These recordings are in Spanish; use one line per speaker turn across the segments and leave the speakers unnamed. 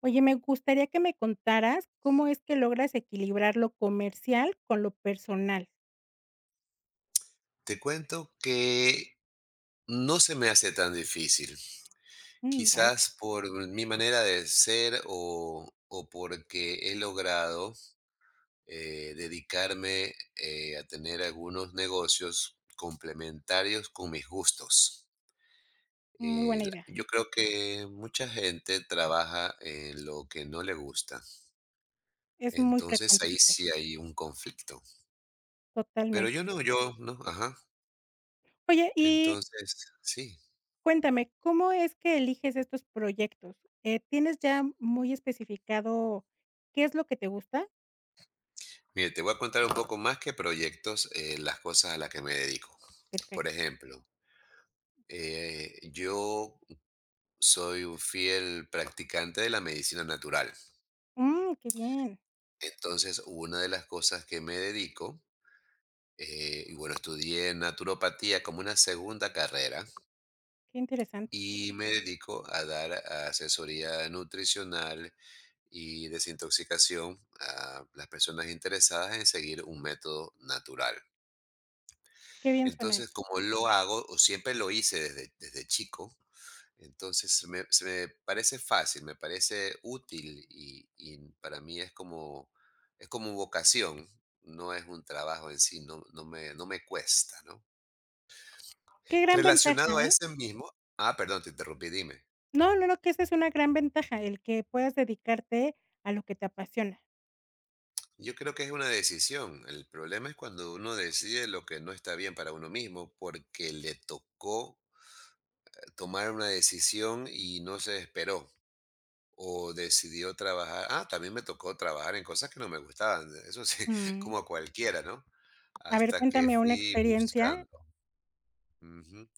Oye, me gustaría que me contaras cómo es que logras equilibrar lo comercial con lo personal.
Te cuento que no se me hace tan difícil,
Mm, vaya,
quizás por mi manera de ser o porque he logrado dedicarme a tener algunos negocios complementarios con mis gustos.
muy buena idea.
Yo creo que mucha gente trabaja en lo que no le gusta,
Es muy
entonces
frecuente
ahí
que pase,
sí hay un conflicto, pero
totalmente.
yo no, yo no, ajá,
Oye, y
entonces sí.
cuéntame, ¿cómo es que eliges estos proyectos? ¿Tienes ya muy especificado qué es lo que te gusta?
Mire, te voy a contar un poco más que proyectos, las cosas a las que me dedico. Por
Perfecto.
ejemplo, yo soy un fiel practicante de la medicina natural.
Mm, qué bien,
Entonces, una de las cosas que me dedico, y bueno, estudié naturopatía como una segunda carrera
qué interesante,
y me dedico a dar asesoría nutricional y desintoxicación a las personas interesadas en seguir un método natural.
qué bien suena eso.
Entonces, como lo hago, o siempre lo hice desde, chico, entonces se me parece fácil, me parece útil y para mí es como vocación, no es un trabajo en sí, no, no me cuesta, ¿no?
Qué gran ventaja,
Relacionado a
¿eh?
ese mismo, ah, perdón, te interrumpí, dime.
No, no, no, que esa es una gran ventaja, el que puedas dedicarte a lo que te apasiona.
Yo creo que es una decisión. El problema es cuando uno decide lo que no está bien para uno mismo porque le tocó tomar una decisión y no se esperó. O decidió trabajar también me tocó trabajar en cosas que no me gustaban, eso sí,
Mm,
como a cualquiera, ¿no?
a ver,
Hasta que
cuéntame una
fui
experiencia.
buscando. Ujú.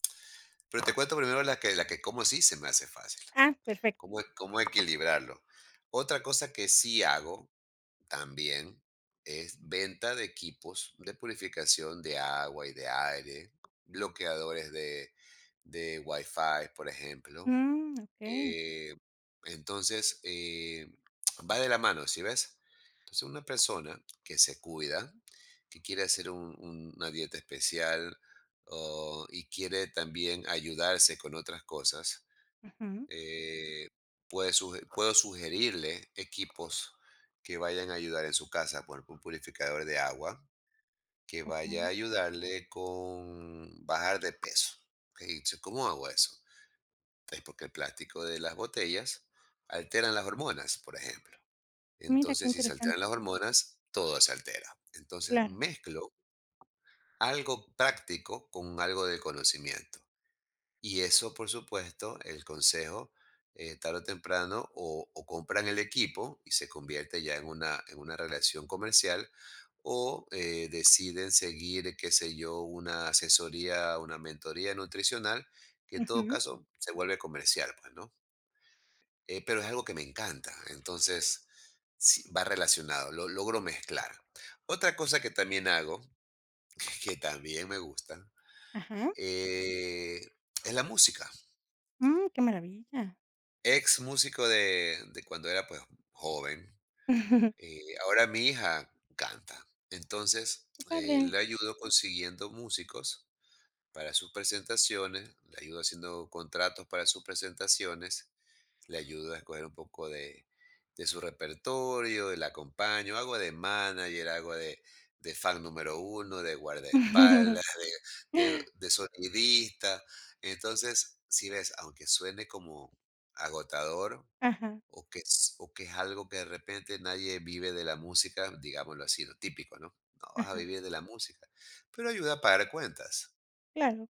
Pero te cuento primero la que cómo sí se me hace fácil,
Ah, perfecto.
cómo equilibrarlo. Otra cosa que sí hago también es venta de equipos de purificación de agua y de aire, bloqueadores de Wi-Fi, por ejemplo.
Mm, okey.
eh, entonces, va de la mano, ¿sí ves? Entonces, una persona que se cuida, que quiere hacer una dieta especial y quiere también ayudarse con otras cosas,
Ujú,
eh, puedo sugerirle equipos que vayan a ayudar en su casa, por ejemplo, un purificador de agua, que vaya a
okey.
ayudarle con bajar de peso. Ok, dice, ¿cómo hago eso? Es porque el plástico de las botellas alteran las hormonas, por ejemplo.
Mira, qué
Entonces, si se
interesante.
alteran las hormonas, todo se altera. Entonces,
Claro.
mezclo algo práctico con algo de conocimiento. Y eso, por supuesto, el consejo, tarde o temprano, o compran el equipo y se convierte ya en una, relación comercial, o deciden seguir, qué sé yo, una asesoría, una mentoría nutricional, que en todo
Ujú.
caso se vuelve comercial, pues, ¿no? Pero es algo que me encanta. Entonces, sí, va relacionado, lo logro mezclar. Otra cosa que también hago, que también me gusta,
Ajá.
eh, es la música.
Mm, qué maravilla.
Ex músico de, cuando era pues joven. Ahora mi hija canta. Entonces,
Qué padre.
le ayudo consiguiendo músicos para sus presentaciones, le ayudo haciendo contratos para sus presentaciones, le ayudo a escoger un poco de, su repertorio, y la acompaño, hago de manager, hago de fan número uno, de guardaespaldas, de sonidista. Entonces, si ves, aunque suene como agotador
Ajá,
o que es algo que de repente nadie vive de la música, digámoslo así, lo típico, ¿no? No vas a
ajá.
vivir de la música, pero ayuda a pagar cuentas.
Claro,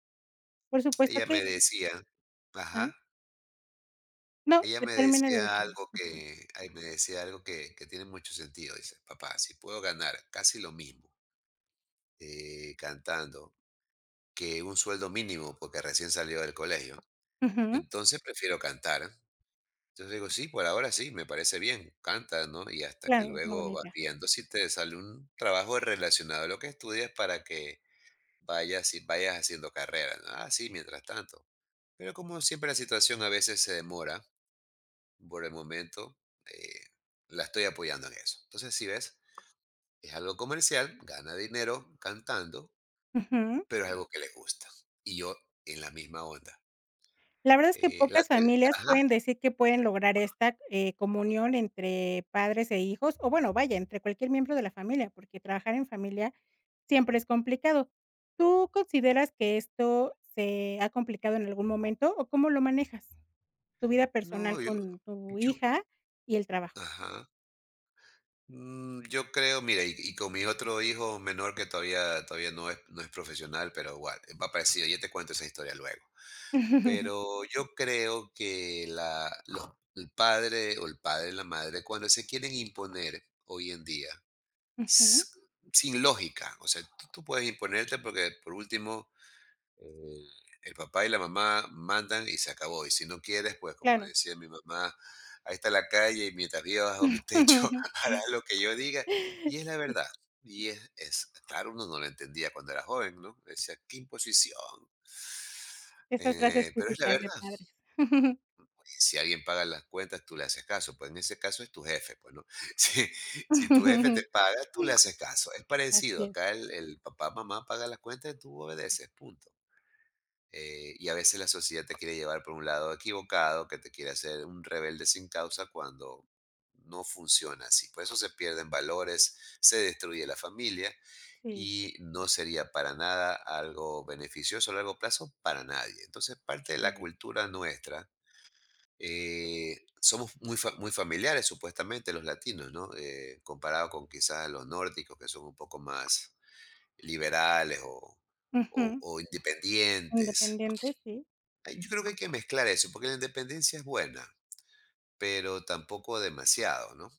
por supuesto
Ella
que
me decía,
ajá.
ajá,
No,
Ella me
termina de
decía
decirme.
algo
Ujú.
que me decía algo que tiene mucho sentido. Dice: "Papá, si puedo ganar casi lo mismo, cantando que un sueldo mínimo, porque recién salió del colegio,
Ujú.
entonces prefiero cantar". Entonces digo: "Sí, por ahora sí, me parece bien, canta, ¿no? Y hasta que
Claro, es una
luego
buena
vas
idea.
viendo si te sale un trabajo relacionado a lo que estudias para que vayas y vayas haciendo carrera, ¿no? Ah, sí, mientras tanto". Pero como siempre la situación a veces se demora. Por el momento, eh, la estoy apoyando en eso. Entonces, si ves, es algo comercial, gana dinero cantando,
Ujú.
pero es, sí, algo que le gusta. Y yo en la misma onda.
La verdad es que
Eh, la
pocas
tele-
familias
ajá,
pueden decir que pueden lograr esta, comunión entre padres e hijos, o bueno, vaya, entre cualquier miembro de la familia, porque trabajar en familia siempre es complicado. ¿Tú consideras que esto se ha complicado en algún momento o cómo lo manejas? Tu vida personal
no, yo,
con tu
yo,
hija y el trabajo.
ajá. Yo creo, mira, y con mi otro hijo menor que todavía no es profesional, pero igual, va parecido, ya te cuento esa historia luego. Pero yo creo que el padre o el padre y la madre, cuando se quieren imponer hoy en día, s-
Ujú,
sin lógica. O sea, tú puedes imponerte porque por último eh, el papá y la mamá mandan y se acabó. Y si no quieres, pues como
claro.
decía mi mamá, ahí está la calle y mientras vivas bajo mi techo harás lo que yo diga. Y es la verdad. Y claro, uno no lo entendía cuando era joven, ¿no? Decía, qué imposición.
Esas frases
Pero es la
típicas de
verdad,
padres.
si alguien paga las cuentas, tú le haces caso. Pues en ese caso es tu jefe, pues, ¿no? Si, si tu jefe te paga, tú le haces caso. Es parecido.
Así es,
Acá el papá, mamá paga las cuentas, tú obedeces, punto. Y a veces la sociedad te quiere llevar por un lado equivocado, que te quiere hacer un rebelde sin causa cuando no funciona así. Por eso se pierden valores, se destruye la familia
sí,
y no sería para nada algo beneficioso a largo plazo para nadie. Entonces, parte de la
correcto.
cultura nuestra eh, somos muy, muy familiares, supuestamente, los latinos, ¿no? Comparado con quizás los nórdicos, que son un poco más liberales o, o-
Ujú.
o independientes.
Independiente, sí,
Ay, yo creo que hay que mezclar eso, porque la independencia es buena, pero tampoco demasiado, ¿no?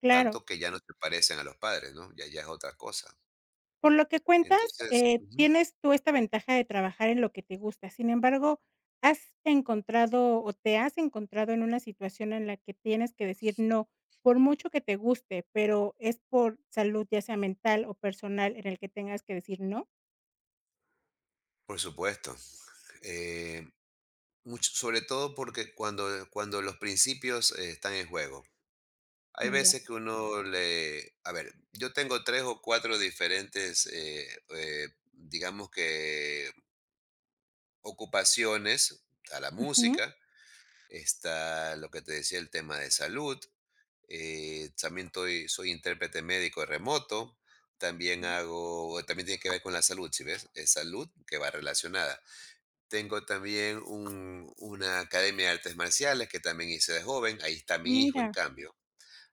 claro.
Tanto que ya no se parecen a los padres, ¿no? Ya, ya es otra cosa.
Por lo que cuentas,
Entonces, ujú,
tienes tú esta ventaja de trabajar en lo que te gusta. Sin embargo, ¿has encontrado o te has encontrado en una situación en la que tienes que decir no, por mucho que te guste, pero es por salud, ya sea mental o personal, en el que tengas que decir no?
por supuesto, eh, sobre todo porque cuando los principios están en juego, hay
Mm, ya.
veces que a ver, yo tengo 3 o 4 diferentes, digamos que ocupaciones, está la
Ujú,
música, está lo que te decía, el tema de salud, también estoy soy intérprete médico remoto, también
okey.
hago también tiene que ver con la salud, ¿sí ves? Es salud que va relacionada. Tengo también un una academia de artes marciales que también hice de joven, ahí está mi hijo, en
Mira,
cambio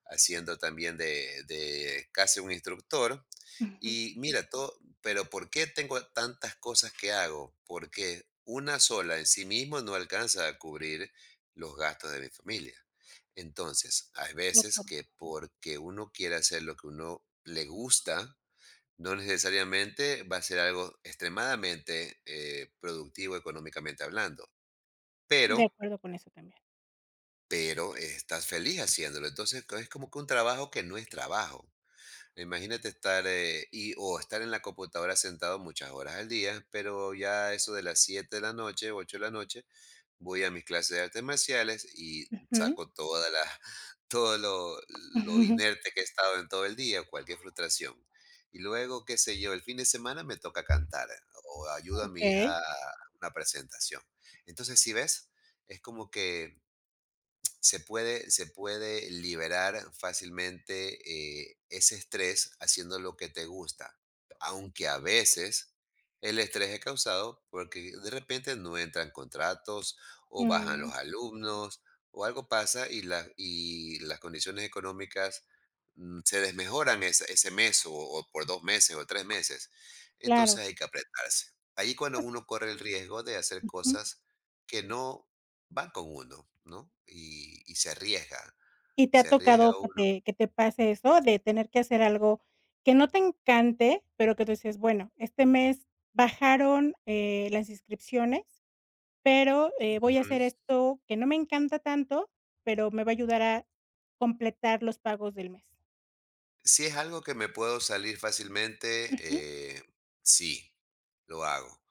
haciendo también de, casi un instructor.
ujú,
Y mira, todo, pero ¿por qué tengo tantas cosas que hago? Porque una sola en sí mismo no alcanza a cubrir los gastos de mi familia. Entonces, hay
de
veces
acuerdo,
que porque uno quiere hacer lo que uno le gusta, no necesariamente va a ser algo extremadamente productivo económicamente hablando,
de
pero,
acuerdo con eso también.
pero estás feliz haciéndolo. Entonces, es como que un trabajo que no es trabajo. Imagínate estar y o estar en la computadora sentado muchas horas al día, pero ya eso de las 7 de la noche, 8 de la noche, voy a mis clases de artes marciales y
Ujú.
saco toda la, todo lo inerte que he estado en todo el día, cualquier frustración. Y luego, qué sé yo, el fin de semana me toca cantar o ayudo a mi
Okey,
hija a una presentación. Entonces, si ves, es como que se puede liberar fácilmente ese estrés haciendo lo que te gusta, aunque a veces el estrés es causado porque de repente no entran contratos o bajan los
mm,
alumnos o algo pasa y las condiciones económicas se desmejoran ese mes o por 2 meses o 3 meses. Entonces
claro.
hay que apretarse. Ahí cuando
Pues
uno corre el riesgo de hacer
ujú.
cosas que no van con uno, ¿no? Y
¿Y te ha
se arriesga
tocado que
uno.
te pase eso, de tener que hacer algo que no te encante, pero que tú dices: "Bueno, este mes bajaron, las inscripciones, pero, voy a hacer
Ujú.
esto que no me encanta tanto, pero me va a ayudar a completar los pagos del mes"?
Si es algo que me puedo salir fácilmente,
Ujú,
eh, sí, lo hago.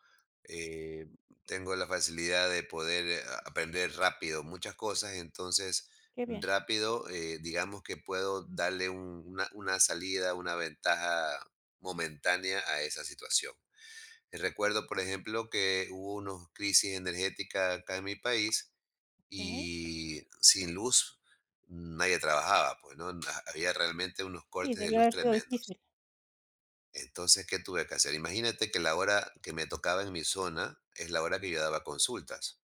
eh, tengo la facilidad de poder aprender rápido muchas cosas, entonces
qué bien,
rápido, digamos que puedo darle una salida, una ventaja momentánea a esa situación. Recuerdo, por ejemplo, que hubo una crisis energética acá en mi país
okey.
y sin luz nadie trabajaba, pues, ¿no? Había realmente unos
Sí,
cortes de
debió
luz
haber sido
tremendos.
difícil.
Entonces, ¿qué tuve que hacer? Imagínate que la hora que me tocaba en mi zona es la hora que yo daba consultas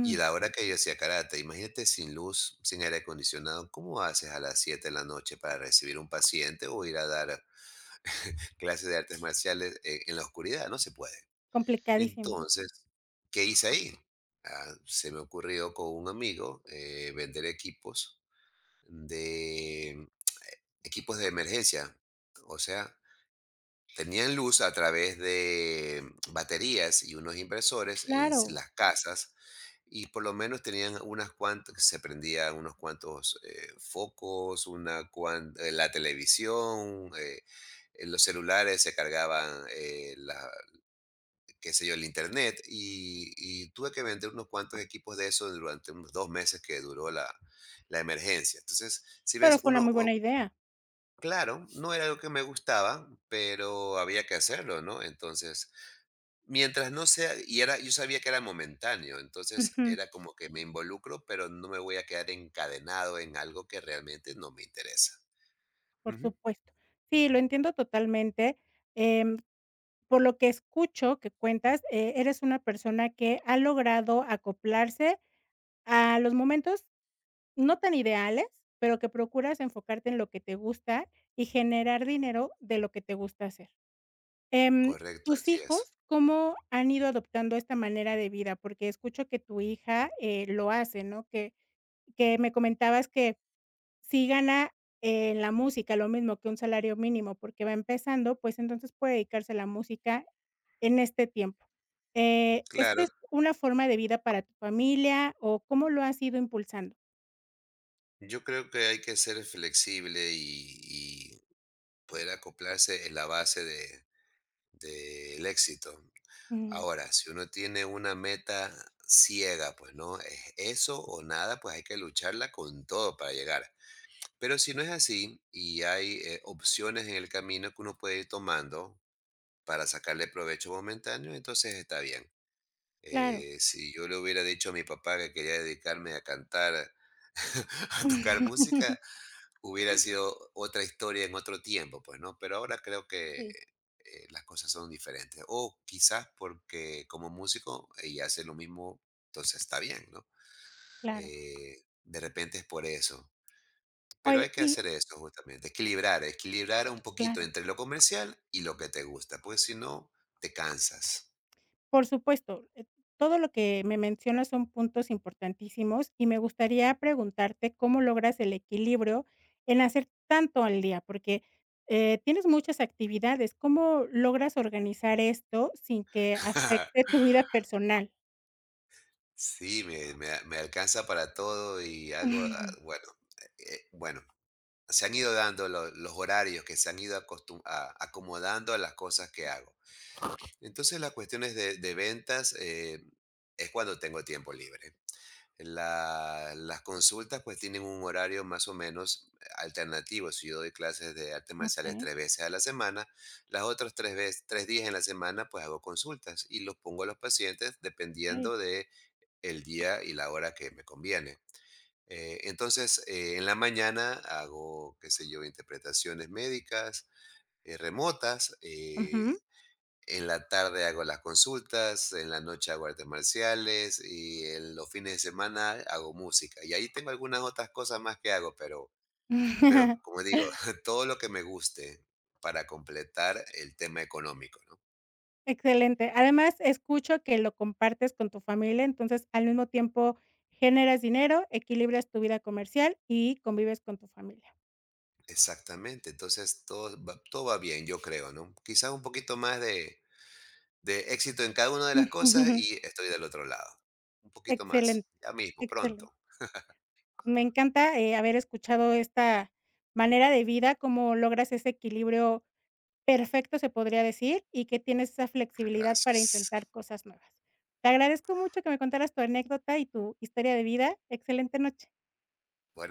y la hora que yo hacía karate. Imagínate sin luz, sin aire acondicionado, ¿cómo haces a las 7 de la noche para recibir un paciente o ir a dar clases de artes marciales en la oscuridad? No se puede.
complicadísimo.
Entonces, ¿qué hice ahí? Ah, se me ocurrió con un amigo vender de eh, equipos de emergencia, o sea, tenían luz a través de baterías y unos inversores en s
Claro,
las casas, y por lo menos tenían unas cuantas se prendían unos cuantos, focos, una cuan la televisión, los celulares se cargaban, la qué sé yo, el Internet, y tuve que vender unos cuantos equipos de eso durante unos 2 meses que duró la emergencia. Entonces, si
pero
ves,
fue una
uno
muy buena idea.
Claro, no era algo que me gustaba, pero había que hacerlo, ¿no? Entonces, mientras no sea, y era, yo sabía que era momentáneo, entonces
Ujú,
era como que me involucro, pero no me voy a quedar encadenado en algo que realmente no me interesa.
por
Ujú.
supuesto. Sí, lo entiendo totalmente. em Por lo que escucho que cuentas, eres una persona que ha logrado acoplarse a los momentos no tan ideales, pero que procuras enfocarte en lo que te gusta y generar dinero de lo que te gusta hacer. Em,
Correcto,
¿Tus
así es.
hijos cómo han ido adoptando esta manera de vida? Porque escucho que tu hija, lo hace, ¿no? Que me comentabas que si gana en la música lo mismo que un salario mínimo, porque va empezando, pues, entonces puede dedicarse a la música en este tiempo. ¿Esto
Claro,
es una forma de vida para tu familia o cómo lo has ido impulsando?
yo creo que hay que ser flexible y poder acoplarse en la base del éxito.
Ujú,
Ahora, si uno tiene una meta ciega, pues no, es eso o nada, pues hay que lucharla con todo para llegar. Pero si no es así y hay opciones en el camino que uno puede ir tomando para sacarle provecho momentáneo, entonces está bien.
claro.
Si yo le hubiera dicho a mi papá que quería dedicarme a cantar, a tocar música. Hubiera sido otra historia en otro tiempo, pues, ¿no? Pero ahora creo que
Sí,
las cosas son diferentes. O quizás porque como músico ella hace lo mismo, entonces está bien, ¿no?
claro.
De repente es por eso. Pero hay
Oye,
que
y
hacer eso justamente, equilibrar, equilibrar un poquito
claro.
entre lo comercial y lo que te gusta, porque si no, te cansas.
Por supuesto, todo lo que me mencionas son puntos importantísimos y me gustaría preguntarte cómo logras el equilibrio en hacer tanto al día, porque, tienes muchas actividades, ¿cómo logras organizar esto sin que afecte tu vida personal?
Sí, me, me alcanza para todo y hago, ah, bueno, bueno. Se han ido dando los horarios que se han ido acomodando a las cosas que hago. Entonces las cuestiones de, ventas es cuando tengo tiempo libre. Las consultas pues tienen un horario más o menos alternativo. Si yo doy clases de artes marciales
Okey,
3 veces a la semana, las otras tres días en la semana pues hago consultas y los pongo a los pacientes
okey.
dependiendo de el día y la hora que me conviene. Entonces, en la mañana hago, qué sé yo, interpretaciones médicas remotas.
Ujú.
En la tarde hago las consultas, en la noche hago artes marciales y en los fines de semana hago música. Y ahí tengo algunas otras cosas más que hago, pero, como digo, todo lo que me guste para completar el tema económico, ¿no?
Excelente. Además, escucho que lo compartes con tu familia, entonces, al mismo tiempo generas dinero, equilibras tu vida comercial y convives con tu familia.
Exactamente, entonces todo va, bien, yo creo, ¿no? Quizás un poquito más de éxito en cada una de las cosas y estoy del otro lado. Un poquito más,
Excelente,
ya mismo,
excelente.
pronto.
Me encanta, haber escuchado esta manera de vida, cómo logras ese equilibrio perfecto, se podría decir, y que tienes esa flexibilidad para
Gracias.
intentar cosas nuevas. Te agradezco mucho que me contaras tu anécdota y tu historia de vida. Excelente noche.
Bueno.